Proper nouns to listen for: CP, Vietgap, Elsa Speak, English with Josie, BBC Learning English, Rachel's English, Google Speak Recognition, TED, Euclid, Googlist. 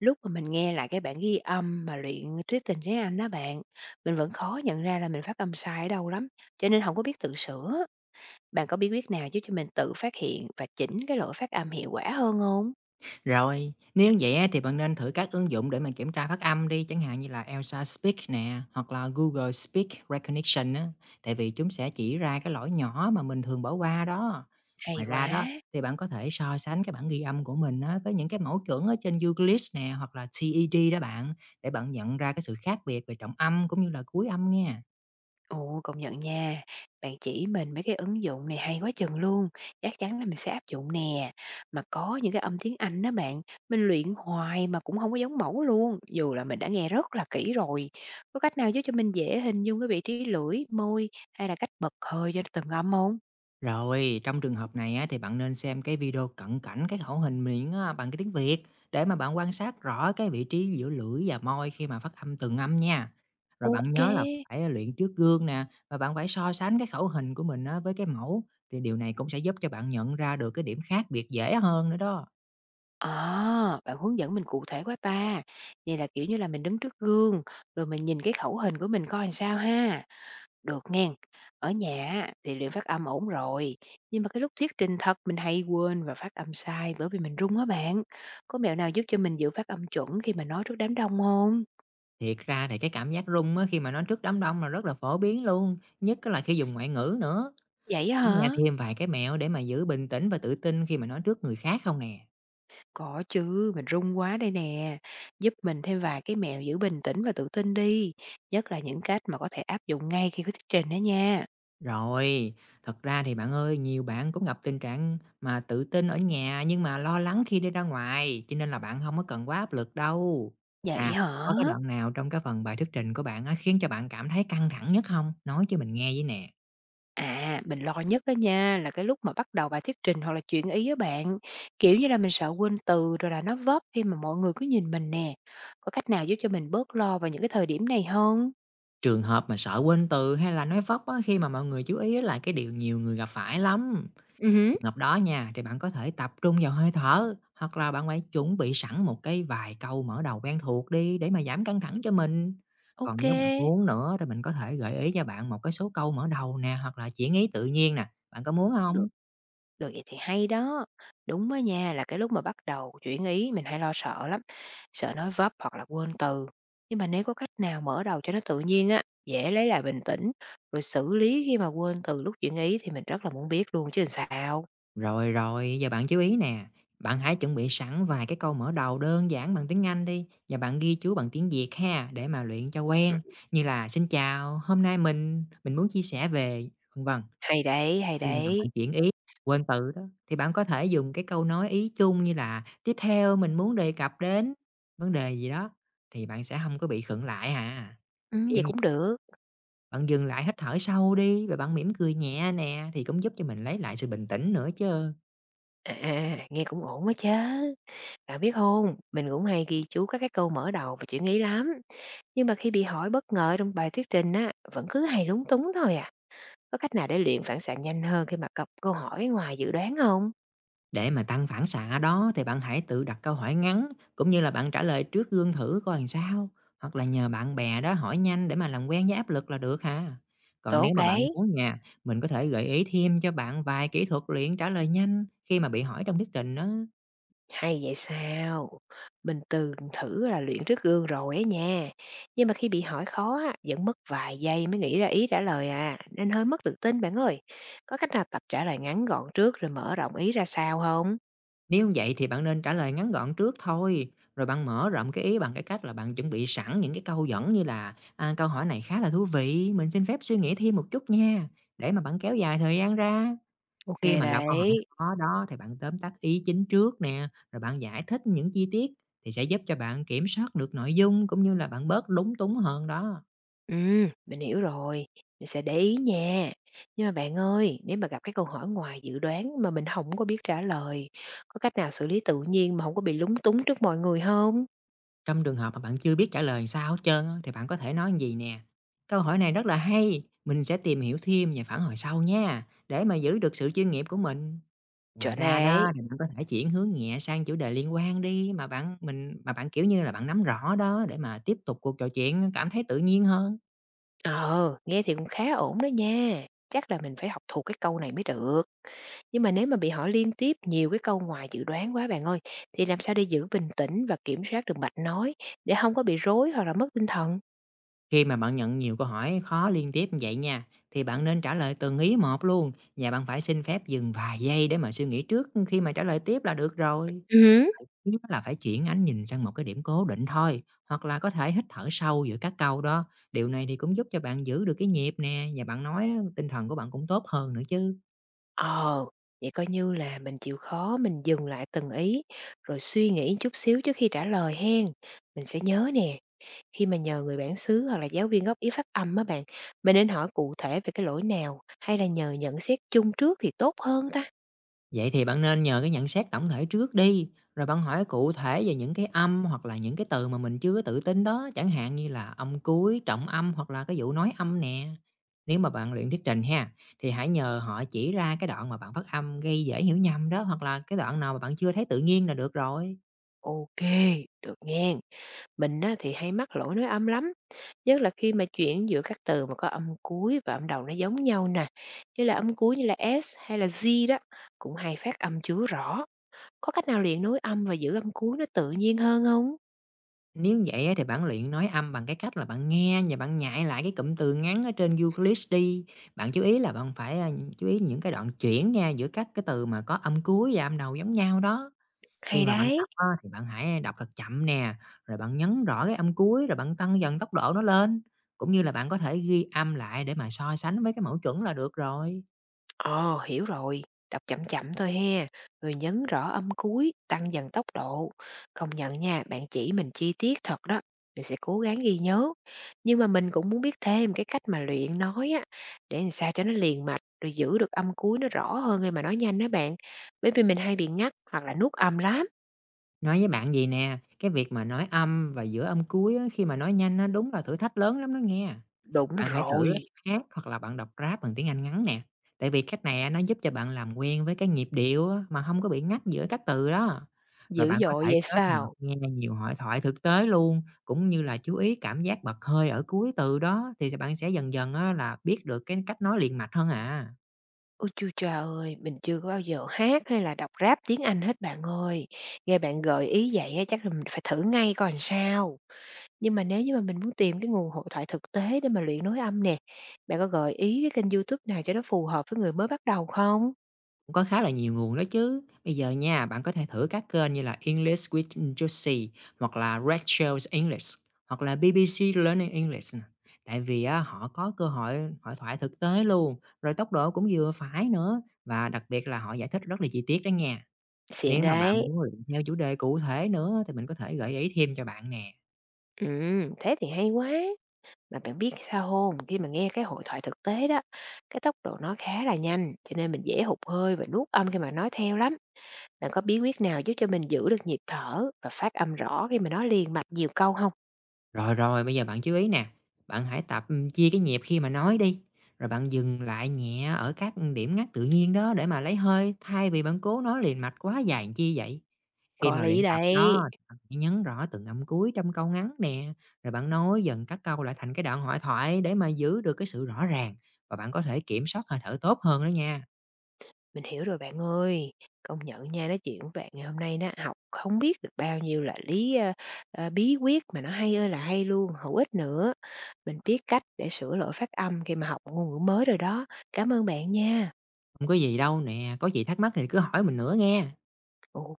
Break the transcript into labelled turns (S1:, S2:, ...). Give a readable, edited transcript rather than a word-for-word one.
S1: Lúc mà mình nghe lại cái bản ghi âm mà luyện thuyết trình tiếng Anh đó bạn, mình vẫn khó nhận ra là mình phát âm sai ở đâu lắm, cho nên không có biết tự sửa. Bạn có bí quyết nào giúp cho mình tự phát hiện và chỉnh cái lỗi phát âm hiệu quả hơn không?
S2: Rồi, nếu vậy á, thì bạn nên thử các ứng dụng để mà kiểm tra phát âm đi, chẳng hạn như là Elsa Speak nè, hoặc là Google Speak Recognition á, tại vì chúng sẽ chỉ ra cái lỗi nhỏ mà mình thường bỏ qua đó.
S1: Hay
S2: Ngoài ra đó,
S1: quá!
S2: thì bạn có thể so sánh cái bản ghi âm của mình á, với những cái mẫu chuẩn ở trên Googlist nè, hoặc là TED đó bạn, để bạn nhận ra cái sự khác biệt về trọng âm cũng như là cuối âm nha.
S1: Ồ, công nhận nha. Bạn chỉ mình mấy cái ứng dụng này hay quá chừng luôn. Chắc chắn là mình sẽ áp dụng nè. Mà có những cái âm tiếng Anh đó bạn, mình luyện hoài mà cũng không có giống mẫu luôn, dù là mình đã nghe rất là kỹ rồi. Có cách nào giúp cho mình dễ hình dung cái vị trí lưỡi, môi hay là cách bật hơi cho từng âm không?
S2: Rồi, trong trường hợp này á, thì bạn nên xem cái video cận cảnh cái khẩu hình miệng á, bằng cái tiếng Việt để mà bạn quan sát rõ cái vị trí giữa lưỡi và môi khi mà phát âm từng âm nha. Rồi bạn
S1: Ok.
S2: nhớ là phải luyện trước gương nè và bạn phải so sánh cái khẩu hình của mình á, với cái mẫu, thì điều này cũng sẽ giúp cho bạn nhận ra được cái điểm khác biệt dễ hơn nữa đó.
S1: À, bạn hướng dẫn mình cụ thể quá ta. Vậy là kiểu như là mình đứng trước gương, rồi mình nhìn cái khẩu hình của mình coi làm sao ha. Được nghen, ở nhà á thì luyện phát âm ổn rồi, nhưng mà cái lúc thuyết trình thật mình hay quên và phát âm sai bởi vì mình run á bạn. Có mẹo nào giúp cho mình giữ phát âm chuẩn khi mà nói trước đám đông không?
S2: Thiệt ra thì cái cảm giác rung á, khi mà nói trước đám đông là rất là phổ biến luôn, nhất là khi dùng ngoại ngữ nữa.
S1: Vậy á
S2: Muốn nghe
S1: hả?
S2: thêm vài cái mẹo để mà giữ bình tĩnh và tự tin khi mà nói trước người khác không nè?
S1: Có chứ, mình run quá đây nè. Giúp mình thêm vài cái mẹo giữ bình tĩnh và tự tin đi. Nhất là những cách mà có thể áp dụng ngay khi có thuyết trình đó nha.
S2: Rồi, thật ra thì bạn ơi, nhiều bạn cũng gặp tình trạng mà tự tin ở nhà nhưng mà lo lắng khi đi ra ngoài, cho nên là bạn không có cần quá áp lực đâu.
S1: Vậy
S2: À,
S1: hả?
S2: có cái đoạn nào trong cái phần bài thuyết trình của bạn á, khiến cho bạn cảm thấy căng thẳng nhất không? Nói cho mình nghe với nè.
S1: À, mình lo nhất á nha, là cái lúc mà bắt đầu bài thuyết trình hoặc là chuyện ý á bạn, kiểu như là, mình sợ quên từ rồi là nói vấp khi mà mọi người cứ nhìn mình nè. Có cách nào giúp cho mình bớt lo vào những cái thời điểm này hông?
S2: Trường hợp mà sợ quên từ hay là nói vấp á, khi mà mọi người chú ý á, là cái điều nhiều người gặp phải lắm.
S1: Ừ hứ.
S2: Trường hợp đó nha, thì bạn có thể tập trung vào hơi thở, hoặc là bạn phải chuẩn bị sẵn một cái vài câu mở đầu quen thuộc đi để mà giảm căng thẳng cho mình. Còn nếu bạn
S1: OK,
S2: muốn nữa thì mình có thể gợi ý cho bạn một cái số câu mở đầu nè, hoặc là chuyển ý tự nhiên nè. Bạn có muốn
S1: được,
S2: không?
S1: vậy thì hay đó. Đúng đó nha, là cái lúc mà bắt đầu chuyển ý mình hay lo sợ lắm, sợ nói vấp hoặc là quên từ. Nhưng mà nếu có cách nào mở đầu cho nó tự nhiên á, dễ lấy lại bình tĩnh, rồi xử lý khi mà quên từ lúc chuyển ý thì mình rất là muốn biết luôn chứ làm sao.
S2: Rồi rồi, giờ bạn chú ý nè. Bạn hãy chuẩn bị sẵn vài cái câu mở đầu đơn giản bằng tiếng Anh đi, và bạn ghi chú bằng tiếng Việt ha để mà luyện cho quen, như là xin chào, hôm nay mình muốn chia sẻ về vân vân.
S1: Hay đấy, hay
S2: Khi mà
S1: đấy.
S2: bạn chuyển ý, quên từ đó, thì bạn có thể dùng cái câu nói ý chung như là "Tiếp theo mình muốn đề cập đến" vấn đề gì đó, thì bạn sẽ không có bị khựng lại hà. Thêm
S1: Vậy
S2: gì
S1: cũng được.
S2: bạn dừng lại hít thở sâu đi, và bạn mỉm cười nhẹ nè, thì cũng giúp cho mình lấy lại sự bình tĩnh nữa chứ.
S1: À, à, à, nghe cũng ổn quá chứ. Bạn biết không, mình cũng hay ghi chú các cái câu mở đầu và chuyển ý lắm, nhưng mà khi bị hỏi bất ngờ trong bài thuyết trình á, vẫn cứ hay lúng túng thôi à. Có cách nào để luyện phản xạ nhanh hơn khi mà gặp câu hỏi ngoài dự đoán không?
S2: Để mà tăng phản xạ đó thì bạn hãy tự đặt câu hỏi ngắn, cũng như là bạn trả lời trước gương thử coi làm sao, hoặc là nhờ bạn bè đó hỏi nhanh để mà làm quen với áp lực là được ha. Còn nếu
S1: Tốt
S2: mà bạn
S1: đấy.
S2: muốn nha, mình có thể gợi ý thêm cho bạn vài kỹ thuật luyện trả lời nhanh khi mà bị hỏi trong thuyết trình đó.
S1: Hay vậy sao? Mình từng thử là luyện trước gương rồi ấy nha. Nhưng mà khi bị hỏi khó á, vẫn mất vài giây mới nghĩ ra ý trả lời à, nên hơi mất tự tin bạn ơi. Có cách nào tập trả lời ngắn gọn trước rồi mở rộng ý ra sao không?
S2: Nếu vậy thì bạn nên trả lời ngắn gọn trước thôi, rồi bạn mở rộng cái ý bằng cái cách là bạn chuẩn bị sẵn những cái câu dẫn như là à, câu hỏi này khá là thú vị, mình xin phép suy nghĩ thêm một chút nha, để mà bạn kéo dài thời gian ra.
S1: Ok
S2: Khi mà gặp câu hỏi
S1: đấy.
S2: khó đó thì bạn tóm tắt ý chính trước nè, rồi bạn giải thích những chi tiết, thì sẽ giúp cho bạn kiểm soát được nội dung, cũng như là bạn bớt lúng túng hơn đó.
S1: Ừ, mình hiểu rồi. Mình sẽ để ý nha. Nhưng mà bạn ơi, nếu mà gặp cái câu hỏi ngoài dự đoán mà mình không có biết trả lời, có cách nào xử lý tự nhiên mà không có bị lúng túng trước mọi người không?
S2: Trong trường hợp mà bạn chưa biết trả lời sao hết trơn á, thì bạn có thể nói như gì nè. Câu hỏi này rất là hay, mình sẽ tìm hiểu thêm và phản hồi sau nha, để mà giữ được sự chuyên nghiệp của mình. Ngoài
S1: Chọn nè.
S2: ra đó thì bạn có thể chuyển hướng nhẹ sang chủ đề liên quan đi, mà bạn kiểu như là bạn nắm rõ đó, để mà tiếp tục cuộc trò chuyện cảm thấy tự nhiên hơn.
S1: Ờ, nghe thì cũng khá ổn đó nha. Chắc là mình phải học thuộc cái câu này mới được. Nhưng mà nếu mà bị hỏi liên tiếp nhiều cái câu ngoài dự đoán quá bạn ơi, thì làm sao để giữ bình tĩnh và kiểm soát được mạch nói để không có bị rối hoặc là mất tinh thần?
S2: Khi mà bạn nhận nhiều câu hỏi khó liên tiếp như vậy nha, thì bạn nên trả lời từng ý một luôn, và bạn phải xin phép dừng vài giây để mà suy nghĩ trước khi mà trả lời tiếp là được rồi.
S1: Ừ.
S2: Thứ nhất là phải chuyển ánh nhìn sang một cái điểm cố định thôi, hoặc là có thể hít thở sâu giữa các câu đó. Điều này thì cũng giúp cho bạn giữ được cái nhịp nè, và bạn nói tinh thần của bạn cũng tốt hơn nữa chứ.
S1: Ờ, vậy coi như là mình chịu khó dừng lại từng ý rồi suy nghĩ chút xíu trước khi trả lời hen. Mình sẽ nhớ nè. Khi mà nhờ người bản xứ hoặc là giáo viên góp ý phát âm á bạn, mình nên hỏi cụ thể về cái lỗi nào hay là nhờ nhận xét chung trước thì tốt hơn ta?
S2: Vậy thì bạn nên nhờ cái nhận xét tổng thể trước đi, rồi bạn hỏi cụ thể về những cái âm hoặc là những cái từ mà mình chưa tự tin đó, chẳng hạn như là âm cuối, trọng âm hoặc là cái vụ nói âm nè. Nếu mà bạn luyện thuyết trình ha, thì hãy nhờ họ chỉ ra cái đoạn mà bạn phát âm gây dễ hiểu nhầm đó, hoặc là cái đoạn nào mà bạn chưa thấy tự nhiên là được rồi.
S1: OK, được nghe. Mình á thì hay mắc lỗi nói âm lắm, nhất là khi mà chuyển giữa các từ mà có âm cuối và âm đầu nó giống nhau nè, như là âm cuối như là S hay là Z đó, cũng hay phát âm chưa rõ. Có cách nào luyện nối âm và giữ âm cuối nó tự nhiên hơn không?
S2: Nếu vậy á, thì bạn luyện nói âm bằng cái cách là bạn nghe và bạn nhại lại cái cụm từ ngắn ở trên Euclid đi. Bạn chú ý là bạn phải chú ý những cái đoạn chuyển nha, giữa các cái từ mà có âm cuối và âm đầu giống nhau đó.
S1: Hay
S2: Khi mà bạn
S1: đấy!
S2: tập á, thì bạn hãy đọc thật chậm nè, rồi bạn nhấn rõ cái âm cuối, rồi bạn tăng dần tốc độ nó lên, cũng như là bạn có thể ghi âm lại để mà so sánh với cái mẫu chuẩn là được rồi.
S1: Ờ, hiểu rồi, đọc chậm chậm thôi he rồi nhấn rõ âm cuối, tăng dần tốc độ. Công nhận nha, bạn chỉ mình chi tiết thật đó, mình sẽ cố gắng ghi nhớ. Nhưng mà mình cũng muốn biết thêm cái cách mà luyện nói á, để làm sao cho nó liền mạch, rồi giữ được âm cuối nó rõ hơn khi mà nói nhanh đó bạn. Bởi vì mình hay bị ngắt hoặc là nuốt âm lắm.
S2: Nói với bạn gì nè, cái việc mà nói âm và giữa âm cuối á, khi mà nói nhanh á, đúng là thử thách lớn lắm đó nghe.
S1: Đúng
S2: Bạn hãy
S1: rồi,
S2: thử hát hoặc là bạn đọc rap bằng tiếng Anh ngắn nè, tại vì cách này á, nó giúp cho bạn làm quen với cái nhịp điệu á, mà không có bị ngắt giữa các từ đó. Rồi
S1: dữ
S2: bạn có
S1: dội
S2: thể
S1: vậy
S2: kết hợp
S1: sao?
S2: nghe nhiều hội thoại thực tế luôn, cũng như là chú ý cảm giác bật hơi ở cuối từ đó, thì bạn sẽ dần dần á là biết được cái cách nói liền mạch hơn à.
S1: Ôi, chua chà ơi, mình chưa có bao giờ hát hay là đọc rap tiếng Anh hết bạn ơi. Nghe bạn gợi ý vậy á, chắc là mình phải thử ngay coi làm sao. Nhưng mà nếu như mà mình muốn tìm cái nguồn hội thoại thực tế để mà luyện nói âm nè, bạn có gợi ý cái kênh YouTube nào cho nó phù hợp với người mới bắt đầu không?
S2: Cũng có khá là nhiều nguồn đó chứ. Bây giờ nha, bạn có thể thử các kênh như là English with Josie, hoặc là Rachel's English, hoặc là BBC Learning English nè. Tại vì á, họ có cơ hội hội thoại thực tế luôn, rồi tốc độ cũng vừa phải nữa, và đặc biệt là họ giải thích rất là chi tiết đó nha.
S1: Xịn
S2: Nếu mà bạn
S1: đấy.
S2: muốn luyện theo chủ đề cụ thể nữa thì mình có thể gợi ý thêm cho bạn nè.
S1: Thế thì hay quá. Mà bạn biết sao không? Khi mà nghe cái hội thoại thực tế đó, cái tốc độ nó khá là nhanh, cho nên mình dễ hụt hơi và nuốt âm khi mà nói theo lắm. Bạn có bí quyết nào giúp cho mình giữ được nhịp thở và phát âm rõ khi mà nói liền mạch nhiều câu không?
S2: Rồi, rồi, bây giờ bạn chú ý nè, bạn hãy tập, chia cái nhịp khi mà nói đi, rồi bạn dừng lại nhẹ ở các, điểm ngắt tự nhiên đó để mà lấy hơi, thay vì bạn cố nói liền mạch quá dài làm chi vậy. Khi
S1: Có
S2: mà luyện
S1: lý
S2: tập đó,
S1: đấy,
S2: bạn chỉ nhấn rõ từng âm cuối trong câu ngắn nè, rồi bạn nói dần các câu lại thành cái đoạn hội thoại để mà giữ được cái sự rõ ràng, và bạn có thể kiểm soát hơi thở tốt hơn đó nha.
S1: mình hiểu rồi bạn ơi. Công nhận nha, nói chuyện với bạn ngày hôm nay nó học không biết được bao nhiêu là lý bí quyết mà nó hay ơi là hay luôn, hữu ích nữa. Mình biết cách để sửa lỗi phát âm khi mà học ngôn ngữ mới rồi đó. Cảm ơn bạn nha.
S2: Không có gì đâu nè, có gì thắc mắc thì cứ hỏi mình nữa nghe.
S1: Ok.